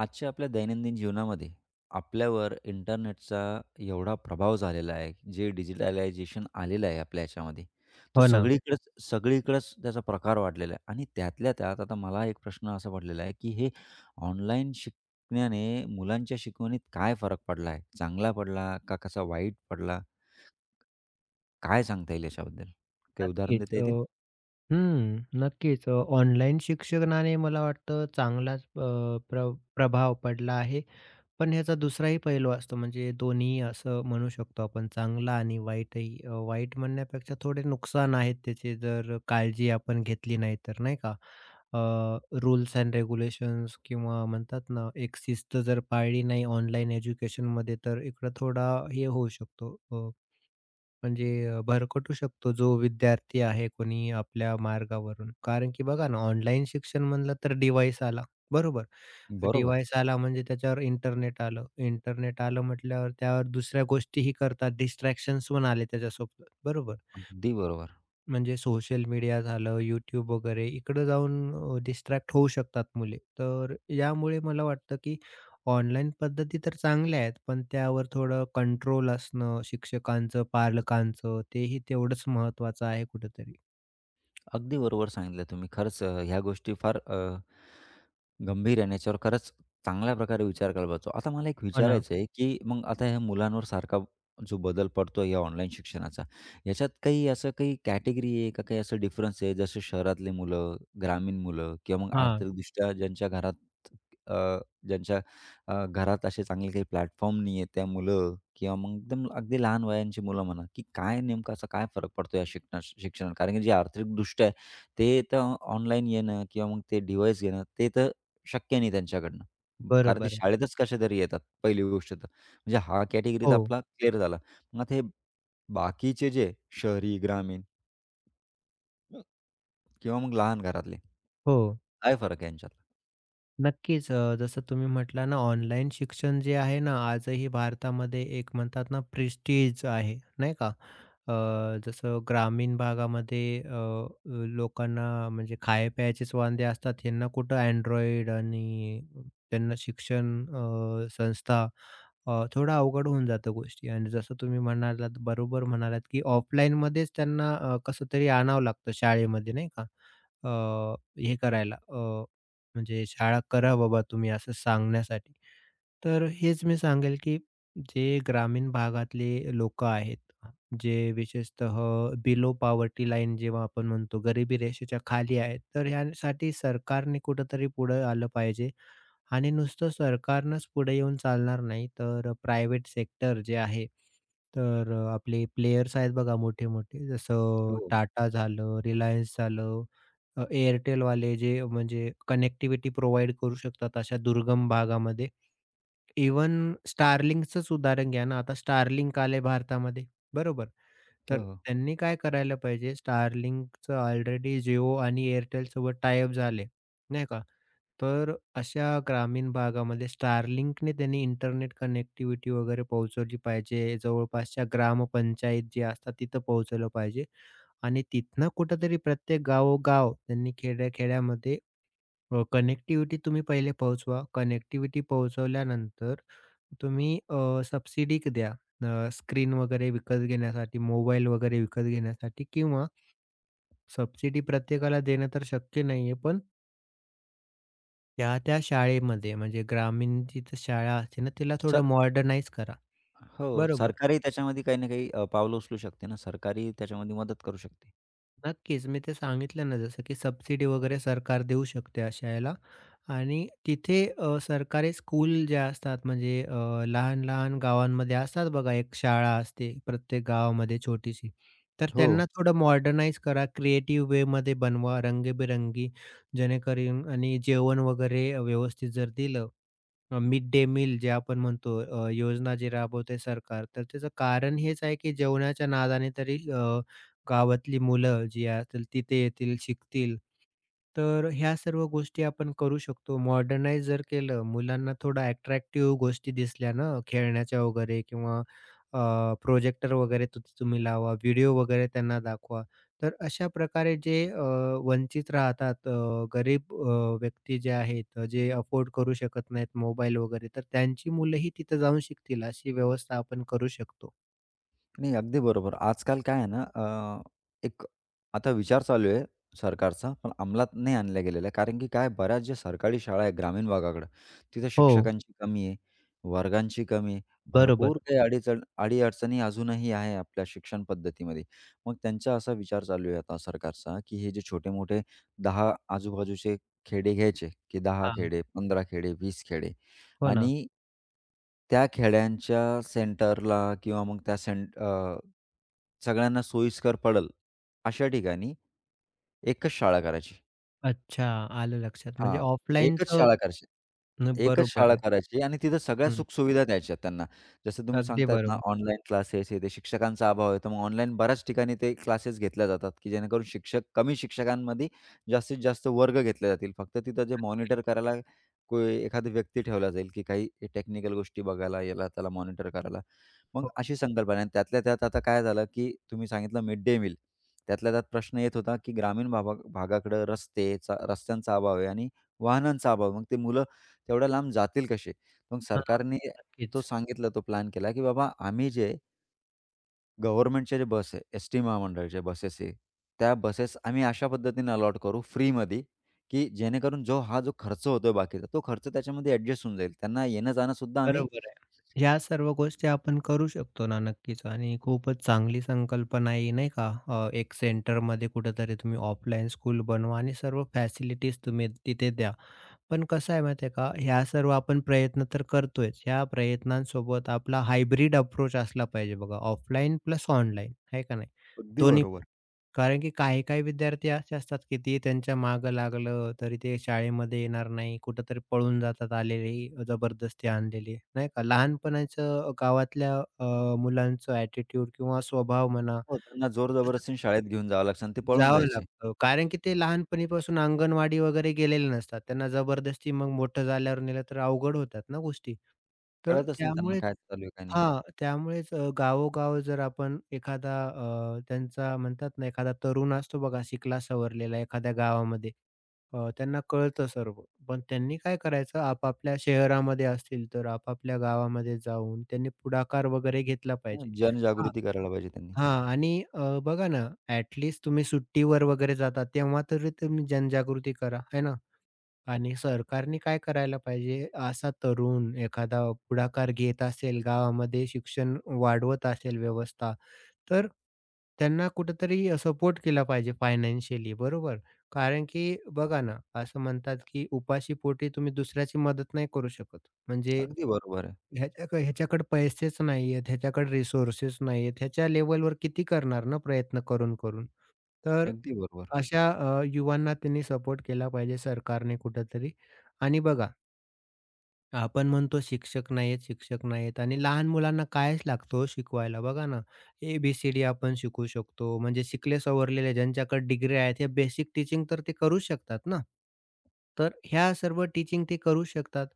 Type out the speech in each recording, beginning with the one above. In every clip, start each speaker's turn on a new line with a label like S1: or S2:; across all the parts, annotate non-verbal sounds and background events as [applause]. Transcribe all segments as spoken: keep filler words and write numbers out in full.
S1: आजच्या आपल्या दैनंदिन जीवनामध्ये आपल्यावर इंटरनेटचा एवढा प्रभाव झालेला आहे, जे डिजिटलायझेशन आलेलं आहे आपल्या ह्याच्यामध्ये. तो
S2: हो ना.
S1: सगळीकडेच सगळीकडेच त्याचा प्रकार वाढलेला आहे आणि त्यातल्या त्यात आता मला एक प्रश्न असा पडलेला आहे, की हे ऑनलाईन शिकण्याने मुलांच्या शिकवणीत काय फरक पडला आहे? चांगला पडला का कसा वाईट पडला? काय सांगता येईल याच्याबद्दल? काही उदाहरण
S2: नक्कीच.
S1: देता
S2: अ,
S1: येतील?
S2: हं. नक्कीच. ऑनलाईन शिक्षणाने मला वाटतं चांगलाच अ, प्र प्रभाव पडला आहे. पण ह्याचा दुसराही पैलू असतो म्हणजे दोन्ही असं म्हणू शकतो आपण चांगला आणि वाईटही. अ, वाईट म्हणण्यापेक्षा थोडे नुकसान आहेत त्याचे जर काळजी आपण घेतली नाही तर, नाही का? अ, रूल्स एंड रेग्युलेशन्स किंवा म्हणतात ना एक शिस्त जर पाळली नाही ऑनलाईन एज्युकेशनमध्ये तर इकडं थोडा हे होऊ शकतो. म्हणजे अ, भरकटू शकतो जो विद्यार्थी आहे कोणी आपल्या मार्गावरून. कारण की बघा ना, ऑनलाईन शिक्षण म्हणलं तर डिव्हाइस आला, बरोबर?
S1: बरोबर.
S2: डिव्हाइस आला म्हणजे त्याच्यावर इंटरनेट आलं. इंटरनेट आलं म्हटल्यावर त्यावर दुसऱ्या गोष्टीही करतात, डिस्ट्रॅक्शन्स पण आले त्याच्यासोबत, बरोबर?
S1: अगदी बरोबर.
S2: म्हणजे सोशल मीडिया झालं, यूट्यूब वगैरे इकडं जाऊन अ, डिस्ट्रॅक्ट होऊ शकतात मुले. तर यामुळे मला वाटतं, की ऑनलाईन पद्धती तर चांगल्या आहेत, पण त्यावर थोडं कंट्रोल असणं शिक्षकांचं, पालकांचं तेही तेवढंच महत्त्वाचं आहे कुठेतरी.
S1: अगदी बरोबर सांगितलं तुम्ही. खरंच अ, ह्या गोष्टी फार अ, गंभीर आहे आणि याच्यावर खरंच चांगल्या प्रकारे विचार करायला पाहिजे. आता मला एक
S2: हो ना.
S1: विचारायचं आहे, की मग आता ह्या मुलांवर सारखा जो बदल पड़तो या ऑनलाईन शिक्षणाचा, याच्यात काही असं काही कॅटेगरी आहे का काही असं डिफरन्स आहे? जसं शहरातले मुलं, ग्रामीण मुलं किंवा मग
S2: हां,
S1: आर्थिकदृष्ट्या ज्यांच्या घरात अ, ज्यांच्या अ, घरात असे चांगले काही प्लॅटफॉर्म नाही आहे. त्या मुलं किंवा मग एकदम अगदी लहान वयांची मुलं म्हणा, की काय नेमका असा काय फरक पडतो या शिकण्या शिक्षणात? कारण की जे आर्थिकदृष्ट्या आहे, ते तर ऑनलाईन येणं किंवा मग ते डिव्हाइस घेणं, ते तर शक्य नाही त्यांच्याकडनं. कारण ते
S2: बरोबर आहे.
S1: शाळेतच कशातरी येतात, पहिली गोष्ट तर. म्हणजे हा कॅटेगरी
S2: हो,
S1: आपला क्लिअर झाला. मग आता हे बाकीचे जे शहरी, ग्रामीण किंवा मग लहान घरातले,
S2: हो.
S1: काय फरक आहे यांच्यातला?
S2: नक्कीच. अ, जसं तुम्ही म्हटला ना, ऑनलाईन शिक्षण जे आहे ना, आजही भारतामध्ये एक म्हणतात ना, प्रेस्टीज आहे, नाही का? अ, जसं ग्रामीण भागामध्ये अ, लोकांना म्हणजे खाय-प्यायचेच वांदे असतात. ह्यांना कुठं Android आणि त्यांना शिक्षण अ, संस्था अ, थोडं अवघड होऊन जातं गोष्टी. आणि जसं तुम्ही म्हणालात, बरोबर म्हणालात, की ऑफलाईनमध्येच त्यांना अ, कसं तरी आणावं लागतं शाळेमध्ये, नाही का? अ, हे करायला म्हणजे शाळा करा बाबा तुम्ही असं सांगण्यासाठी. तर हेच मी सांगेल, की जे ग्रामीण भागातले लोकं आहेत, जे विशेषतः बिलो पॉवर्टी लाईन जेव्हा आपण म्हणतो गरिबी रेषेच्या खाली आहेत, तर ह्यासाठी सरकारने कुठेतरी पुढे आलं पाहिजे. आणि नुसतं सरकारनंच पुढे येऊन चालणार नाही, तर प्रायव्हेट सेक्टर जे आहे, तर अ, आपले प्लेयर्स आहेत बघा मोठे-मोठे, जसं
S1: हो.
S2: टाटा झालं, रिलायन्स झालं, अ, एअरटेल वाले जे म्हणजे कनेक्टिव्हिटी प्रोव्हाईड करू शकतात अशा दुर्गम भागामध्ये. इव्हन Starlinkचंच उदाहरण घ्या ना, आता Starlink आले भारतामध्ये, बरोबर? तर
S1: हो, हो.
S2: त्यांनी काय करायला पाहिजे, Starlinkचं ऑलरेडी Jio आणि एअरटेलसोबत टाय अप झाले, नाही का? तर अशा ग्रामीण भागामध्ये स्टारलिंकने त्यांनी इंटरनेट कनेक्टिव्हिटी वगैरे पोहोचवली पाहिजे. जवळपासच्या ग्रामपंचायत जे असतात तिथं पोहोचवलं पाहिजे आणि तिथनं कुठेतरी प्रत्येक गावोगाव त्यांनी खेड्या-खेड्यामध्ये अ, कनेक्टिव्हिटी तुम्ही पहिले पोहोचवा. कनेक्टिव्हिटी पोहोचवल्यानंतर तुम्ही अ, सबसिडी द्या. स्क्रीन वगैरे विकत घेण्यासाठी, मोबाईल वगैरे विकत घेण्यासाठी किंवा सबसिडी प्रत्येकाला देणं तर शक्य नाहीये पण त्या-त्या शाळेमध्ये म्हणजे ग्रामीण जिथं शाळा असते ना, तिला थोडं मॉडर्नाइज करा.
S1: हो,
S2: बरोबर.
S1: सरकारही त्याच्यामध्ये काही ना काही अ, पावलं उचलू शकते ना, सरकारही त्याच्यामध्ये मदत करू शकते.
S2: नक्कीच, मी ते सांगितलं ना जसं की सबसिडी वगैरे सरकार देऊ शकते अशा याला आणि तिथे अ, सरकारी स्कूल जे असतात म्हणजे अ, लहान-लहान गावांमध्ये असतात बघा एक शाळा असते प्रत्येक गावामध्ये छोटीशी. तर
S1: हो.
S2: त्यांना थोडं मॉडर्नाइज करा, क्रिएटिव्ह वेमध्ये बनवा रंगीबेरंगी जेणेकरून आणि जेवण वगैरे व्यवस्थित जर दिलं अ, मिड डे मील जे आपण म्हणतो अ, योजना जी राबवते सरकार, तर त्याचं कारण हेच आहे की जेवणाच्या नादाने तरी अ, गावातली मुलं जी असतील तिथे येतील, शिकतील तर ह्या सर्व गोष्टी आपण करू शकतो. मॉडर्नाइज जर केलं, मुलांना थोडं अट्रॅक्टिव्ह गोष्टी दिसल्या ना, खेळण्याच्या वगैरे किंवा प्रोजेक्टर वगैरे तु तुम्ही लावा, व्हिडिओ वगैरे त्यांना दाखवा. तर अशा प्रकारे जे अ, वंचित राहतात अ, गरीब अ, व्यक्ती जे आहेत, अ, जे अफोर्ड करू शकत नाहीत मोबाईल वगैरे, तर त्यांची मुलंही तिथं जाऊन शिकतील, अशी व्यवस्था आपण करू शकतो.
S1: नाही, अगदी बरोबर. आजकाल काय आहे ना, अ, एक आता विचार चालू आहे सरकारचा, पण अंमलात नाही आणल्या गेलेला आहे. कारण की काय बऱ्याच ज्या सरकारी शाळा आहेत ग्रामीण भागाकडं, तिथं
S2: हो,
S1: शिक्षकांची कमी आहे, वर्गांची कमी आहे.
S2: बरोबर.
S1: भरपूर काही अडीचण अडी-अडचणी अजूनही आहे आपल्या शिक्षण पद्धतीमध्ये. मग त्यांचा असा विचार चालू आहे आता सरकारचा, की हे जे छोटे-मोठे दहा आजूबाजूचे खेडे घ्यायचे, की दहा
S2: हां,
S1: खेडे, पंधरा खेडे, वीस खेडे
S2: हो ना.
S1: आणि त्या खेड्यांच्या सेंटरला किंवा मग त्या सेंट अ, सगळ्यांना सोयीस्कर पडेल, अशा ठिकाणी एकच शाळा करायची.
S2: अच्छा, आलं लक्षात. म्हणजे
S1: हां, एकच
S2: ऑफलाईनचं
S1: शाळा करायची. एकच
S2: बरोबर
S1: शाळा
S2: आहे.
S1: करायची आणि तिथं सगळ्या सुखसुविधा द्यायच्या त्यांना. जसं तुम्ही
S2: अगदी
S1: सांगतात ना,
S2: बरोबर.
S1: ऑनलाईन क्लासेस हे ते शिक्षकांचा अभाव आहे. तर मग ऑनलाईन बऱ्याच ठिकाणी ते क्लासेस घेतल्या जातात, की जेणेकरून शिक्षक कमी शिक्षकांमध्ये जास्तीत जास्त वर्ग घेतले जातील. फक्त तिथं जे मॉनिटर करायला कोणी एखादी व्यक्ती ठेवला जाईल, की काही टेक्निकल गोष्टी बघायला, याला त्याला मॉनिटर करायला. मग
S2: हो.
S1: अशी संकल्पना आहे आणि त्यातल्या त्यात आता काय झालं, की तुम्ही सांगितलं मिड डे मील. त्यातल्या त्यात प्रश्न येत होता, की ग्रामीण भागा भागाकडे रस्तेचा रस्त्यांचा अभाव आहे आणि वाहनांचा अभाव मग ते मुलं तेवढ्या लांब जातील कसे? मग
S2: हां,
S1: सरकारने तो
S2: नक्कीच.
S1: सांगितलं, तो प्लॅन केला, की बाबा आम्ही जे गव्हर्नमेंटच्या जे बस आहे, एस-टी महामंडळाच्या बसेस आहे, त्या बसेस आम्ही अशा पद्धतीने अलॉट करू फ्रीमध्ये, की जेणेकरून जो हा जो खर्च होतोय बाकीचा, तो खर्च त्याच्यामध्ये ॲडजस्ट होऊन जाईल. त्यांना येणं-जाणं सुद्धा आम्ही
S2: बरोबर आहे. ह्या सर्व गोष्टी आपण करू शकतो ना, नक्कीच आणि खूपच चांगली संकल्पना आहे, नाही का? अ, एक सेंटरमध्ये कुठेतरी तुम्ही ऑफलाईन स्कूल बनवा आणि सर्व फॅसिलिटीज तुम्ही तिथे द्या. पण कसं आहे माहिती आहे का, ह्या सर्व आपण प्रयत्न तर करतोयच. ह्या प्रयत्नांसोबत आपला हायब्रिड अप्रोच असला पाहिजे बघा, ऑफलाईन प्लस ऑनलाईन, आहे का नाही?
S1: अगदी
S2: दोन्ही
S1: बरोबर.
S2: कारण की काही-काही विद्यार्थी असे असतात, की ते त्यांच्या मागं लागलं तरी ते शाळेमध्ये येणार नाही. कुठेतरी पळून जातात आलेले, जबरदस्ती आणलेले, नाही का? लहानपणाचं गावातल्या अ, मुलांचं ॲटिट्यूड किंवा स्वभाव म्हणा,
S1: हो, त्यांना
S2: तसंच
S1: जोर-जबरदस्तीने शाळेत घेऊन जावं लागतं आणि ते पळून
S2: जावं
S1: जायचे.
S2: लागतं. कारण की ते लहानपणीपासून अंगणवाडी वगैरे गेलेले नसतात. त्यांना जबरदस्ती मग मोठं झाल्यावर नेलं तर अवघड होतात ना गोष्टी. तर
S1: कळतच नाही त्यांना
S2: त्यामुळेच
S1: काय चालू आहे, काय नाही.
S2: हां, त्यामुळेच अ, गावोगाव जर आपण एखादा अ, त्यांचा म्हणतात ना, एखादा तरुण असतो बघा शिकला सवरलेला एखाद्या गावामध्ये. अ, त्यांना कळतं सर्व. पण त्यांनी काय करायचं आपापल्या शहरामध्ये असतील तर आपापल्या गावामध्ये जाऊन त्यांनी पुढाकार वगैरे घेतला
S1: हां,
S2: पाहिजे. हां,
S1: जनजागृती करायला पाहिजे त्यांनी.
S2: हां आणि अ, बघा ना ॲट तुम्ही सुट्टीवर वगैरे जाता तेव्हा तरी तुम्ही जनजागृती करा, है ना? आणि सरकारने काय करायला पाहिजे, असा तरुण एखादा पुढाकार घेत असेल, गावामध्ये शिक्षण वाढवत असेल व्यवस्था, तर त्यांना कुठेतरी सपोर्ट केला पाहिजे फायनान्शियली बरोबर. कारण की बघा ना, असं म्हणतात की उपाशी पोटी तुम्ही दुसऱ्याची मदत नाही करू शकत. म्हणजे
S1: अगदी बरोबर आहे.
S2: ह्याच्या ह्याच्याकडे पैसेच नाही आहेत, ह्याच्याकडे रिसोर्सेस नाही आहेत, ह्याच्या लेव्हलवर किती करणार ना प्रयत्न करून-करून. तर
S1: अगदी बरोबर.
S2: अशा अ, युवांना त्यांनी सपोर्ट केला पाहिजे सरकारने कुठेतरी. आणि बघा, आपण म्हणतो शिक्षक नाहीयेत, शिक्षक नाहीयेत आणि लहान मुलांना कायच लागतं हो शिकवायला. बघा ना, ए-बी-सी-डी आपण शिकवू शकतो. म्हणजे शिकले सवरलेले ज्यांच्याकडे डिग्री आहेत, हे बेसिक टीचिंग तर ते करूच शकतात ना. तर ह्या सर्व टीचिंग ते करू शकतात.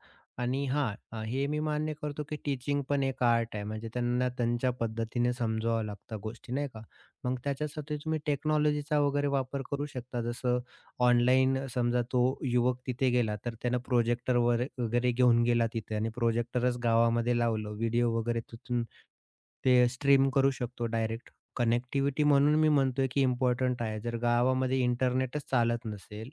S2: आणि हां, अ, हे मी मान्य करतो, की टीचिंग पण एक आर्ट आहे. म्हणजे त्यांना त्यांच्या पद्धतीने समजावं लागतं गोष्टी, नाही का? मग त्याच्यासाठी तुम्ही टेक्नॉलॉजीचा वगैरे वापर करू शकता. जसं ऑनलाईन समजा तो युवक तिथे गेला, तर त्यानं प्रोजेक्टर वर वगैरे घेऊन गेला तिथे आणि प्रोजेक्टरच गावामध्ये लावलं. व्हिडिओ वगैरे तिथून ते स्ट्रीम करू शकतो डायरेक्ट. कनेक्टिव्हिटी म्हणून मी म्हणतोय, की इम्पॉर्टंट आहे. जर गावामध्ये इंटरनेटच चालत नसेल,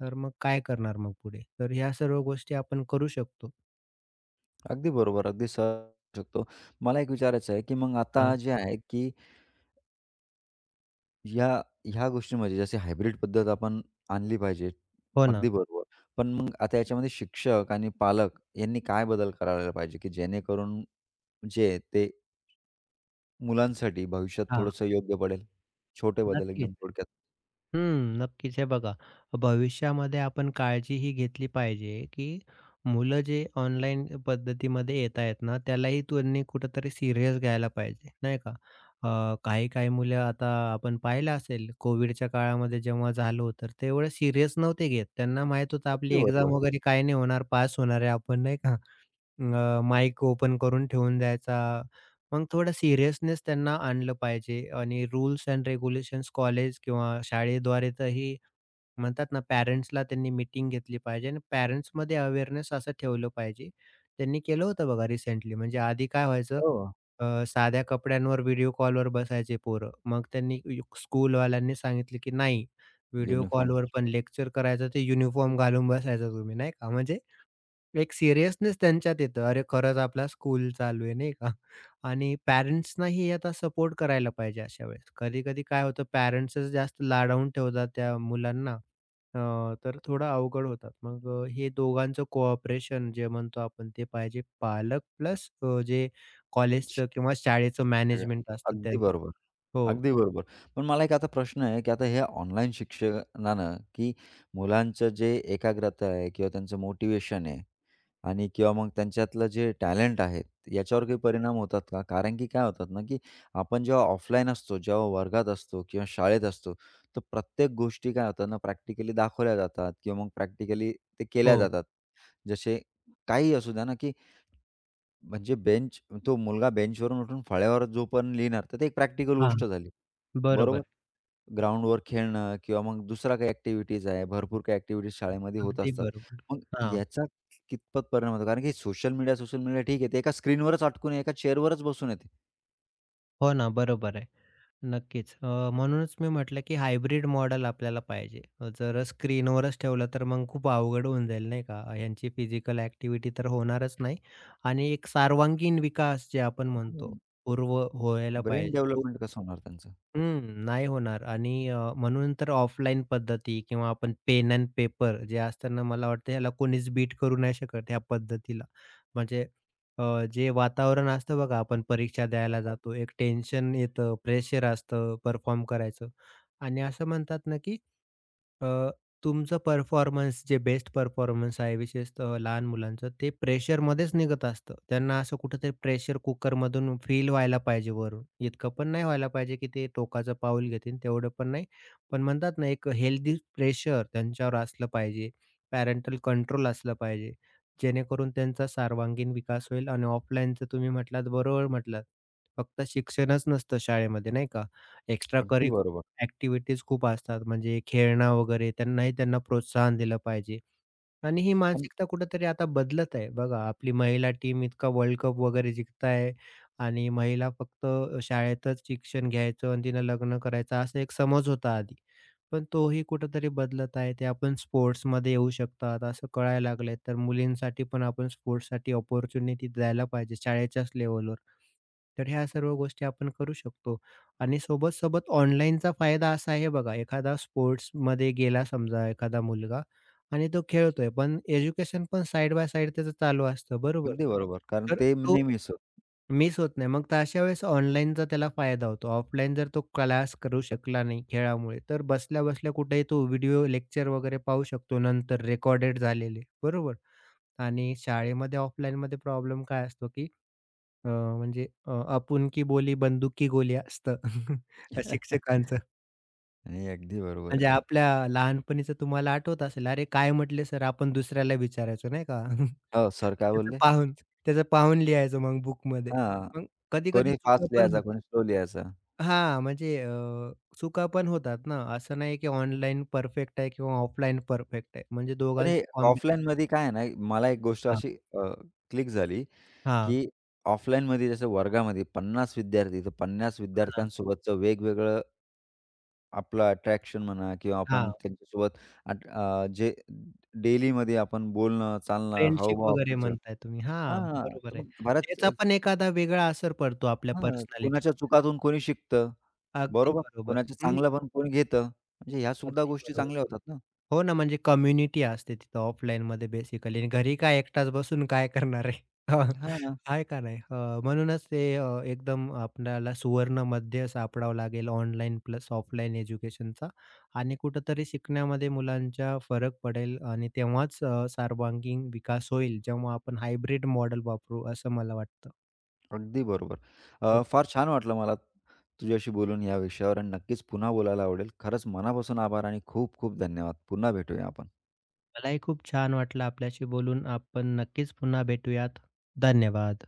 S2: तर मग काय करणार मग पुढे? तर ह्या सर्व गोष्टी आपण करू शकतो.
S1: अगदी बरोबर, अगदी सहज शकतो. मला एक विचारायचं आहे, की मग आता
S2: हां.
S1: जे आहे, की ह्या ह्या गोष्टीमध्ये जशी हायब्रिड पद्धत आपण आणली पाहिजे.
S2: हो
S1: अगदी
S2: ना.
S1: बरोबर. पण मग आता याच्यामध्ये शिक्षक आणि पालक यांनी काय बदल करायला पाहिजे, की जेणेकरून जे आहे ते मुलांसाठी भविष्यात
S2: हां.
S1: थोडंसं योग्य पडेल? छोटे बदल एकदम
S2: नक्कीच.
S1: थोडक्यात.
S2: हं, नक्कीच. हे बघा, भविष्यामध्ये आपण काळजी ही घेतली पाहिजे, की मुलं जे ऑनलाईन पद्धतीमध्ये येत आहेत ना, त्यालाही त्यांनी कुठेतरी सीरियस घ्यायला पाहिजे, नाही का? अ, काही-काही मुलं आता आपण पाहिलं असेल कोव्हिडच्या काळामध्ये जेव्हा झालं होतं, तर ते एवढं सीरियस नव्हते घेत. त्यांना माहीत होतं आपली
S1: अगदी बरोबर.
S2: एक्झाम वगैरे काही नाही होणार, पास होणार आहे आपण, नाही का? अ, माईक ओपन करून ठेवून द्यायचा. मग थोडं सीरियसनेस त्यांना आणलं पाहिजे आणि रूल्स अँड रेग्युलेशन्स कॉलेज किंवा शाळेद्वारे तरी म्हणतात ना, पॅरेंट्सला त्यांनी मीटिंग घेतली पाहिजे आणि पॅरेंट्समध्ये अवेअरनेस असं ठेवलं पाहिजे. त्यांनी केलं होतं बघा रिसेंटली. म्हणजे आधी काय व्हायचं,
S1: हो.
S2: अ, साध्या कपड्यांवर व्हिडिओ कॉलवर बसायचे पोरं. मग त्यांनी यु- स्कूलवाल्यांनी सांगितलं, की "नाही, व्हिडिओ
S1: युनिफॉर्म
S2: कॉलवर पण लेक्चर करायचं, ते युनिफॉर्म घालून बसायचा तुम्ही." नाही का? म्हणजे एक सिरियसनेस त्यांच्यात येतं. अरे, खरंच आपला स्कूल चालू आहे नाही का? आणि पॅरेंट्सनाही आता सपोर्ट करायला पाहिजे अशा वेळेस. कधी-कधी काय होतं पॅरेंट्सच जास्त लाडावून ठेवतात त्या मुलांना. अ, तर थोडं अवघड होतात. मग अ, हे दोघांचं कोऑपरेशन जे म्हणतो आपण ते पाहिजे. पालक प्लस जे कॉलेजचं किंवा शाळेचं मॅनेजमेंट असतं
S1: अगदी
S2: त्यांचं.
S1: बरोबर.
S2: हो,
S1: अगदी बरोबर. पण मला एक आता प्रश्न आहे, की आता हे ऑनलाईन शिक्षणानं, की मुलांचं जे एकाग्रता आहे किंवा त्यांचं मोटिव्हेशन आहे आणि किंवा मग त्यांच्यातलं जे टॅलेंट आहे, याच्यावर काही परिणाम होतात का? कारण की काय होतात ना, की आपण जेव्हा ऑफलाईन असतो, जेव्हा वर्गात असतो किंवा शाळेत असतो, तर प्रत्येक गोष्टी काय होतात ना, प्रॅक्टिकली दाखवल्या जातात किंवा मग प्रॅक्टिकली ते केल्या
S2: हो.
S1: जातात. जसे काहीही असू द्या ना, की म्हणजे बेंच तो मुलगा बेंचवरून उठून फळ्यावर जो पण लिहिणार, तर ते एक प्रॅक्टिकल
S2: हां,
S1: गोष्ट झाली. बरोबर?
S2: बरोबर.
S1: ग्राउंडवर खेळणं किंवा मग दुसऱ्या काही ॲक्टिव्हिटीज आहे. भरपूर काही ॲक्टिव्हिटीज शाळेमध्ये होत
S2: अगदी
S1: असतात.
S2: बरोबर.
S1: मग
S2: हां.
S1: याचा कितपत परिणाम होतो? कारण की सोशल मीडिया, सोशल मीडिया ठीक आहे. ते एका स्क्रीनवरच अटकून आहे, एका चेअरवरच बसून आहे ते.
S2: हो ना, बरोबर आहे. नक्कीच. अ, म्हणूनच मी म्हटलं, की हायब्रिड मॉडेल आपल्याला पाहिजे. अ, जर स्क्रीनवरच ठेवलं तर मग खूप अवघड होऊन जाईल नाही का? ह्यांची फिजिकल ॲक्टिव्हिटी तर होणारच नाही आणि एक सर्वांगीण विकास जे आपण म्हणतो,
S1: हं.
S2: पूर्व व्हायला
S1: ब्रेन
S2: पाहिजे. तो
S1: डेव्हलपमेंट कसं होणार त्यांचं?
S2: हं, नाही होणार आणि अ, म्हणून तर ऑफलाईन पद्धती किंवा आपण पेन एंड पेपर जे असतं मला वाटतं ह्याला कोणीच बीट करू नाही शकत ह्या पद्धतीला. म्हणजे अ, जे वातावरण असतं बघा, आपण परीक्षा द्यायला जातो, एक टेन्शन येतं, प्रेशर असतं परफॉर्म करायचं आणि असं म्हणतात ना, की तुमचं परफॉर्मन्स जे बेस्ट परफॉर्मन्स आहे, विशेषतः लहान मुलांचं ते प्रेशरमध्येच निघत असतं. त्यांना असं कुठेतरी प्रेशर कुकरमधून फील व्हायला पाहिजे वरून. इतकं पण नाही व्हायला पाहिजे, की ते टोकाचं पाऊल घेतील तेवढं पण नाही. पण म्हणतात ना, एक हेल्दी प्रेशर त्यांच्यावर असलं पाहिजे. पॅरेंटल कंट्रोल असलं पाहिजे. जेणेकरून त्यांचा सर्वांगीण विकास होईल आणि ऑफलाईनचं तुम्ही म्हटलात बरोबर म्हटलात. फक्त शिक्षणच नसतं शाळेमध्ये नाही का? एक्स्ट्रा
S1: अगदी बरोबर.
S2: ॲक्टिव्हिटीज खूप असतात म्हणजे खेळणं वगैरे त्यांनाही त्यांना प्रोत्साहन दिलं पाहिजे. आणि ही
S1: आणि
S2: मानसिकता कुठेतरी आता बदलत आहे. बघा आपली महिला टीम इतका वर्ल्ड कप वगैरे जिंकताय आणि महिला फक्त अ, शाळेतच शिक्षण घ्यायचं आणि तिनं लग्न करायचं असा एक समज होता आधी. पण तोही कुठेतरी बदलत आहे. ते आपण स्पोर्ट्समध्ये येऊ शकतात असं कळायला लागलंय. तर मुलींसाठी पण आपण स्पोर्ट्ससाठी अपॉर्च्युनिटी द्यायला पाहिजे शाळेच्याच लेव्हलवर. तर ह्या सर्व गोष्टी आपण करू शकतो आणि सोबत-सोबत ऑनलाईनचा फायदा असा आहे बघा, एखादा स्पोर्ट्समध्ये गेला समजा एखादा मुलगा आणि तो खेळतोय, पण एज्युकेशन पण साइड बाय साइड त्याचं चालू असतं, बरोबर?
S1: अगदी बरोबर. कारण
S2: तर
S1: ते
S2: तो
S1: नेहमीच होत.
S2: मिस होत नाही. मग तर अशा वेळेस ऑनलाईनचा त्याला फायदा होतो. ऑफलाईन जर तो क्लास करू शकला नाही खेळामुळे, तर बसल्या-बसल्या कुठेही तो व्हिडिओ लेक्चर वगैरे पाहू शकतो नंतर रेकॉर्डेड झालेले, बरोबर? आणि शाळेमध्ये ऑफलाईनमध्ये प्रॉब्लेम काय असतो की अ, म्हणजे अ, "आपुलकी बोली बंदुकी गोली" असतं [laughs]
S1: [laughs]
S2: शिक्षकांचं.
S1: नाही, अगदी बरोबर आहे
S2: म्हणजे
S1: ते.
S2: आपल्या लहानपणीचं तुम्हाला आठवत असेल, "अरे काय म्हटले सर?" आपण दुसऱ्याला विचारायचो नाही का? [laughs]
S1: हो, सर काय
S2: त्याचं
S1: बोलले?
S2: पाहून त्याचं पाहून लिहायचो मग बुकमध्ये.
S1: हां,
S2: मग कधी-कधी
S1: कोणी
S2: चुका
S1: फास्ट
S2: पण
S1: लिहायचा,
S2: होतात.
S1: कोणी स्लो लिहायचा.
S2: हां, म्हणजे अ, चुका पण होतात ना. असं नाही की ऑनलाईन परफेक्ट आहे किंवा ऑफलाईन परफेक्ट आहे. म्हणजे
S1: पण हे
S2: दोघांचं कॉम्बिनेशन
S1: ऑफलाईनमध्ये काय आहे ना, मला एक गोष्ट
S2: हां,
S1: अशी क्लिक झाली
S2: हां.
S1: की ऑफलाईनमध्ये जसं वर्गामध्ये पन्नास विद्यार्थी, तर पन्नास
S2: हो ना.
S1: विद्यार्थ्यांसोबतचं वेगवेगळं आपलं अट्रॅक्शन म्हणा किंवा आपण
S2: हां.
S1: त्यांच्यासोबत अट अ, जे डेलीमध्ये आपण बोलणं, चालणं,
S2: फ्रेंडशिप
S1: हावभाव आपले
S2: वगैरे
S1: सगळं
S2: म्हणताय तुम्ही. हां,
S1: हां,
S2: बरोबर
S1: तर
S2: आहे.
S1: मग बऱ्याच
S2: त्याचा पण एखादा वेगळा असर पडतो आपल्या
S1: हां, कोणाच्या
S2: पर्सनॅलिटीवर.
S1: चुकातून कोणी शिकतं,
S2: अगदी
S1: बरोबर?
S2: बरोबर.
S1: कोणाचं
S2: हं,
S1: चांगलं पण कोणी घेतं. म्हणजे ह्या सुद्धा
S2: अगदी
S1: गोष्टी
S2: बरोबर.
S1: चांगल्या होतात ना.
S2: हो ना, म्हणजे कम्युनिटी असते तिथं ऑफलाईनमध्ये बेसिकली घरी काय एकटाच बसून काय करणार आहे? [laughs]
S1: हां.
S2: आहे का नाही? अ, म्हणूनच ते अ, एकदम आपल्याला सुवर्ण मध्य सापडावं लागेल ऑनलाईन प्लस ऑफलाईन एज्युकेशनचा आणि कुठेतरी शिकण्यामध्ये मुलांचा फरक पडेल आणि तेव्हाच अ, सर्वांगीण विकास होईल, जेव्हा आपण हायब्रिड मॉडेल वापरू असं मला वाटतं.
S1: अगदी बरोबर.
S2: हो,
S1: अ, फार छान वाटलं मला तुझ्याशी बोलून या विषयावर आणि नक्कीच पुन्हा बोलायला आवडेल. खरंच मनापासून आभार आणि खूप खूप धन्यवाद. पुन्हा भेटूया आपण.
S2: मलाही खूप छान वाटलं आपल्याशी बोलून. आपण नक्कीच पुन्हा भेटूयात. धन्यवाद.